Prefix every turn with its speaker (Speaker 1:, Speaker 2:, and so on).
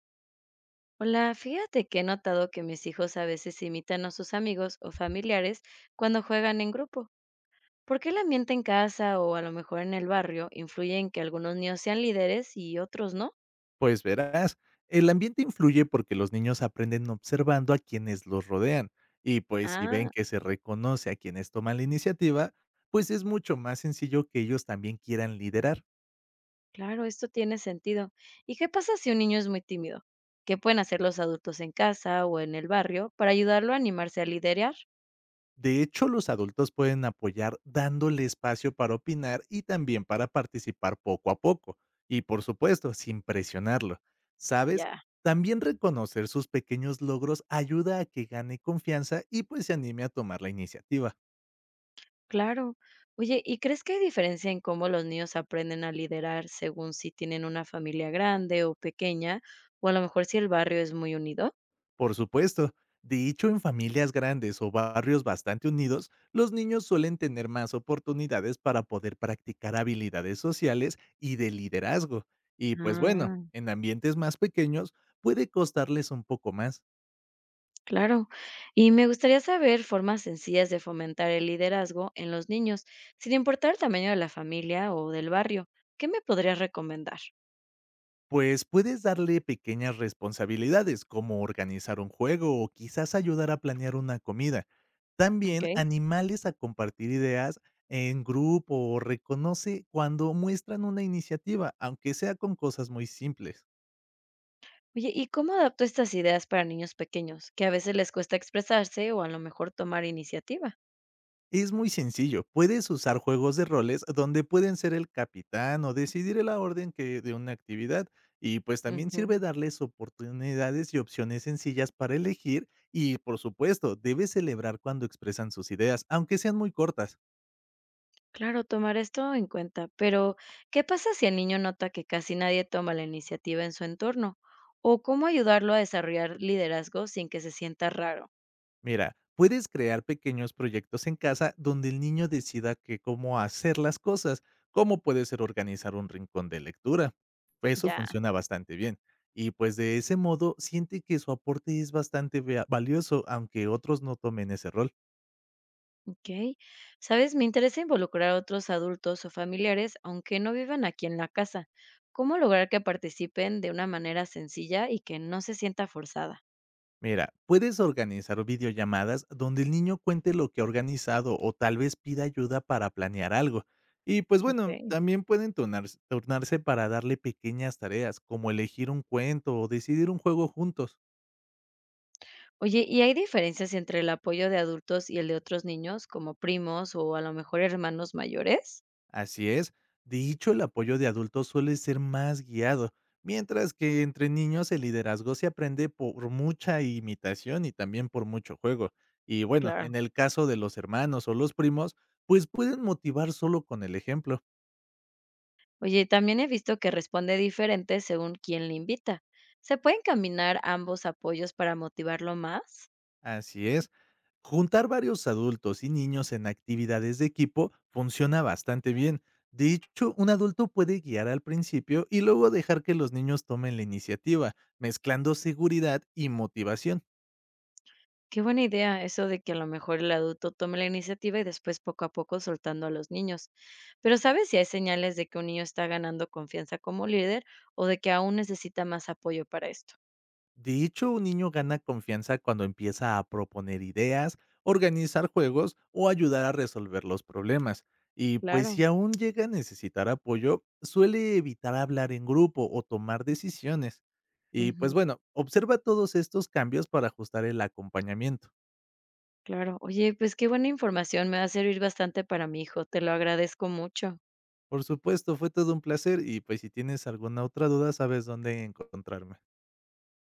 Speaker 1: Hola, fíjate que he notado que mis hijos a veces imitan a sus amigos o familiares cuando juegan en grupo. ¿Por qué el ambiente en casa o a lo mejor en el barrio influye en que algunos niños sean líderes y otros no?
Speaker 2: Pues verás, el ambiente influye porque los niños aprenden observando a quienes los rodean y pues si ven
Speaker 1: Ah,
Speaker 2: que se reconoce a quienes toman la iniciativa, pues es mucho más sencillo que ellos también quieran liderar.
Speaker 1: claro, esto tiene sentido. ¿Y qué pasa si un niño es muy tímido? ¿Qué pueden hacer los adultos en casa o en el barrio para ayudarlo a animarse a liderar?
Speaker 2: De hecho, los adultos pueden apoyar dándole espacio para opinar y también para participar poco a poco y por supuesto, sin presionarlo. ¿Sabes?
Speaker 1: Ya.
Speaker 2: También reconocer sus pequeños logros ayuda a que gane confianza y pues se anime a tomar la iniciativa.
Speaker 1: Claro. Oye, ¿y crees que hay diferencia en cómo los niños aprenden a liderar según si tienen una familia grande o pequeña, o a lo mejor si el barrio es muy unido?
Speaker 2: Por supuesto. De hecho, en familias grandes o barrios bastante unidos, los niños suelen tener más oportunidades para poder practicar habilidades sociales y de liderazgo. Y pues bueno,
Speaker 1: Ah,
Speaker 2: en ambientes más pequeños puede costarles un poco más,
Speaker 1: claro. Y me gustaría saber formas sencillas de fomentar el liderazgo en los niños, sin importar el tamaño de la familia o del barrio. ¿Qué me podrías recomendar?
Speaker 2: pues puedes darle pequeñas responsabilidades como organizar un juego o quizás ayudar a planear una comida. También
Speaker 1: Ok.
Speaker 2: animales a compartir ideas en grupo o reconoce cuando muestran una iniciativa, aunque sea con cosas muy simples.
Speaker 1: Oye, ¿y cómo adapto estas ideas para niños pequeños, que a veces les cuesta expresarse o a lo mejor tomar iniciativa?
Speaker 2: Es muy sencillo, puedes usar juegos de roles donde pueden ser el capitán o decidir la orden que de una actividad y pues también sirve darles oportunidades y opciones sencillas para elegir y por supuesto debes celebrar cuando expresan sus ideas, aunque sean muy cortas.
Speaker 1: Claro, tomar esto en cuenta, pero ¿qué pasa si el niño nota que casi nadie toma la iniciativa en su entorno? ¿O cómo ayudarlo a desarrollar liderazgo sin que se sienta raro?
Speaker 2: Mira, puedes crear pequeños proyectos en casa donde el niño decida que cómo hacer las cosas, como puede ser organizar un rincón de lectura. Eso
Speaker 1: Ya,
Speaker 2: funciona bastante bien. Y pues de ese modo siente que su aporte es bastante valioso, aunque otros no tomen ese rol.
Speaker 1: ok. Sabes, me interesa involucrar a otros adultos o familiares, aunque no vivan aquí en la casa. ¿Cómo lograr que participen de una manera sencilla y que no se sienta forzada?
Speaker 2: Mira, puedes organizar videollamadas donde el niño cuente lo que ha organizado o tal vez pida ayuda para planear algo. Y pues bueno,
Speaker 1: Ok.
Speaker 2: también pueden tornarse para darle pequeñas tareas, como elegir un cuento o decidir un juego juntos.
Speaker 1: Oye, ¿y hay diferencias entre el apoyo de adultos y el de otros niños, como primos o a lo mejor hermanos mayores?
Speaker 2: Así es, dicho el apoyo de adultos suele ser más guiado, mientras que entre niños el liderazgo se aprende por mucha imitación y también por mucho juego. Y bueno,
Speaker 1: Claro.
Speaker 2: en el caso de los hermanos o los primos, pues pueden motivar solo con el ejemplo.
Speaker 1: Oye, también he visto que responde diferente según quién le invita. ¿Se pueden combinar ambos apoyos para motivarlo más?
Speaker 2: Así es, juntar varios adultos y niños en actividades de equipo funciona bastante bien. De hecho, un adulto puede guiar al principio y luego dejar que los niños tomen la iniciativa, mezclando seguridad y motivación.
Speaker 1: Qué buena idea eso de que a lo mejor el adulto tome la iniciativa y después poco a poco soltando a los niños. Pero ¿sabes si hay señales de que un niño está ganando confianza como líder o de que aún necesita más apoyo para esto?
Speaker 2: De hecho, un niño gana confianza cuando empieza a proponer ideas, organizar juegos o ayudar a resolver los problemas. Y pues si
Speaker 1: Claro.
Speaker 2: aún llega a necesitar apoyo, suele evitar hablar en grupo o tomar decisiones. Y pues
Speaker 1: Ujú,
Speaker 2: bueno, observa todos estos cambios para ajustar el acompañamiento.
Speaker 1: claro. Oye, pues qué buena información. Me va a servir bastante para mi hijo. Te lo agradezco mucho.
Speaker 2: Por supuesto, fue todo un placer y pues si tienes alguna otra duda, sabes dónde encontrarme.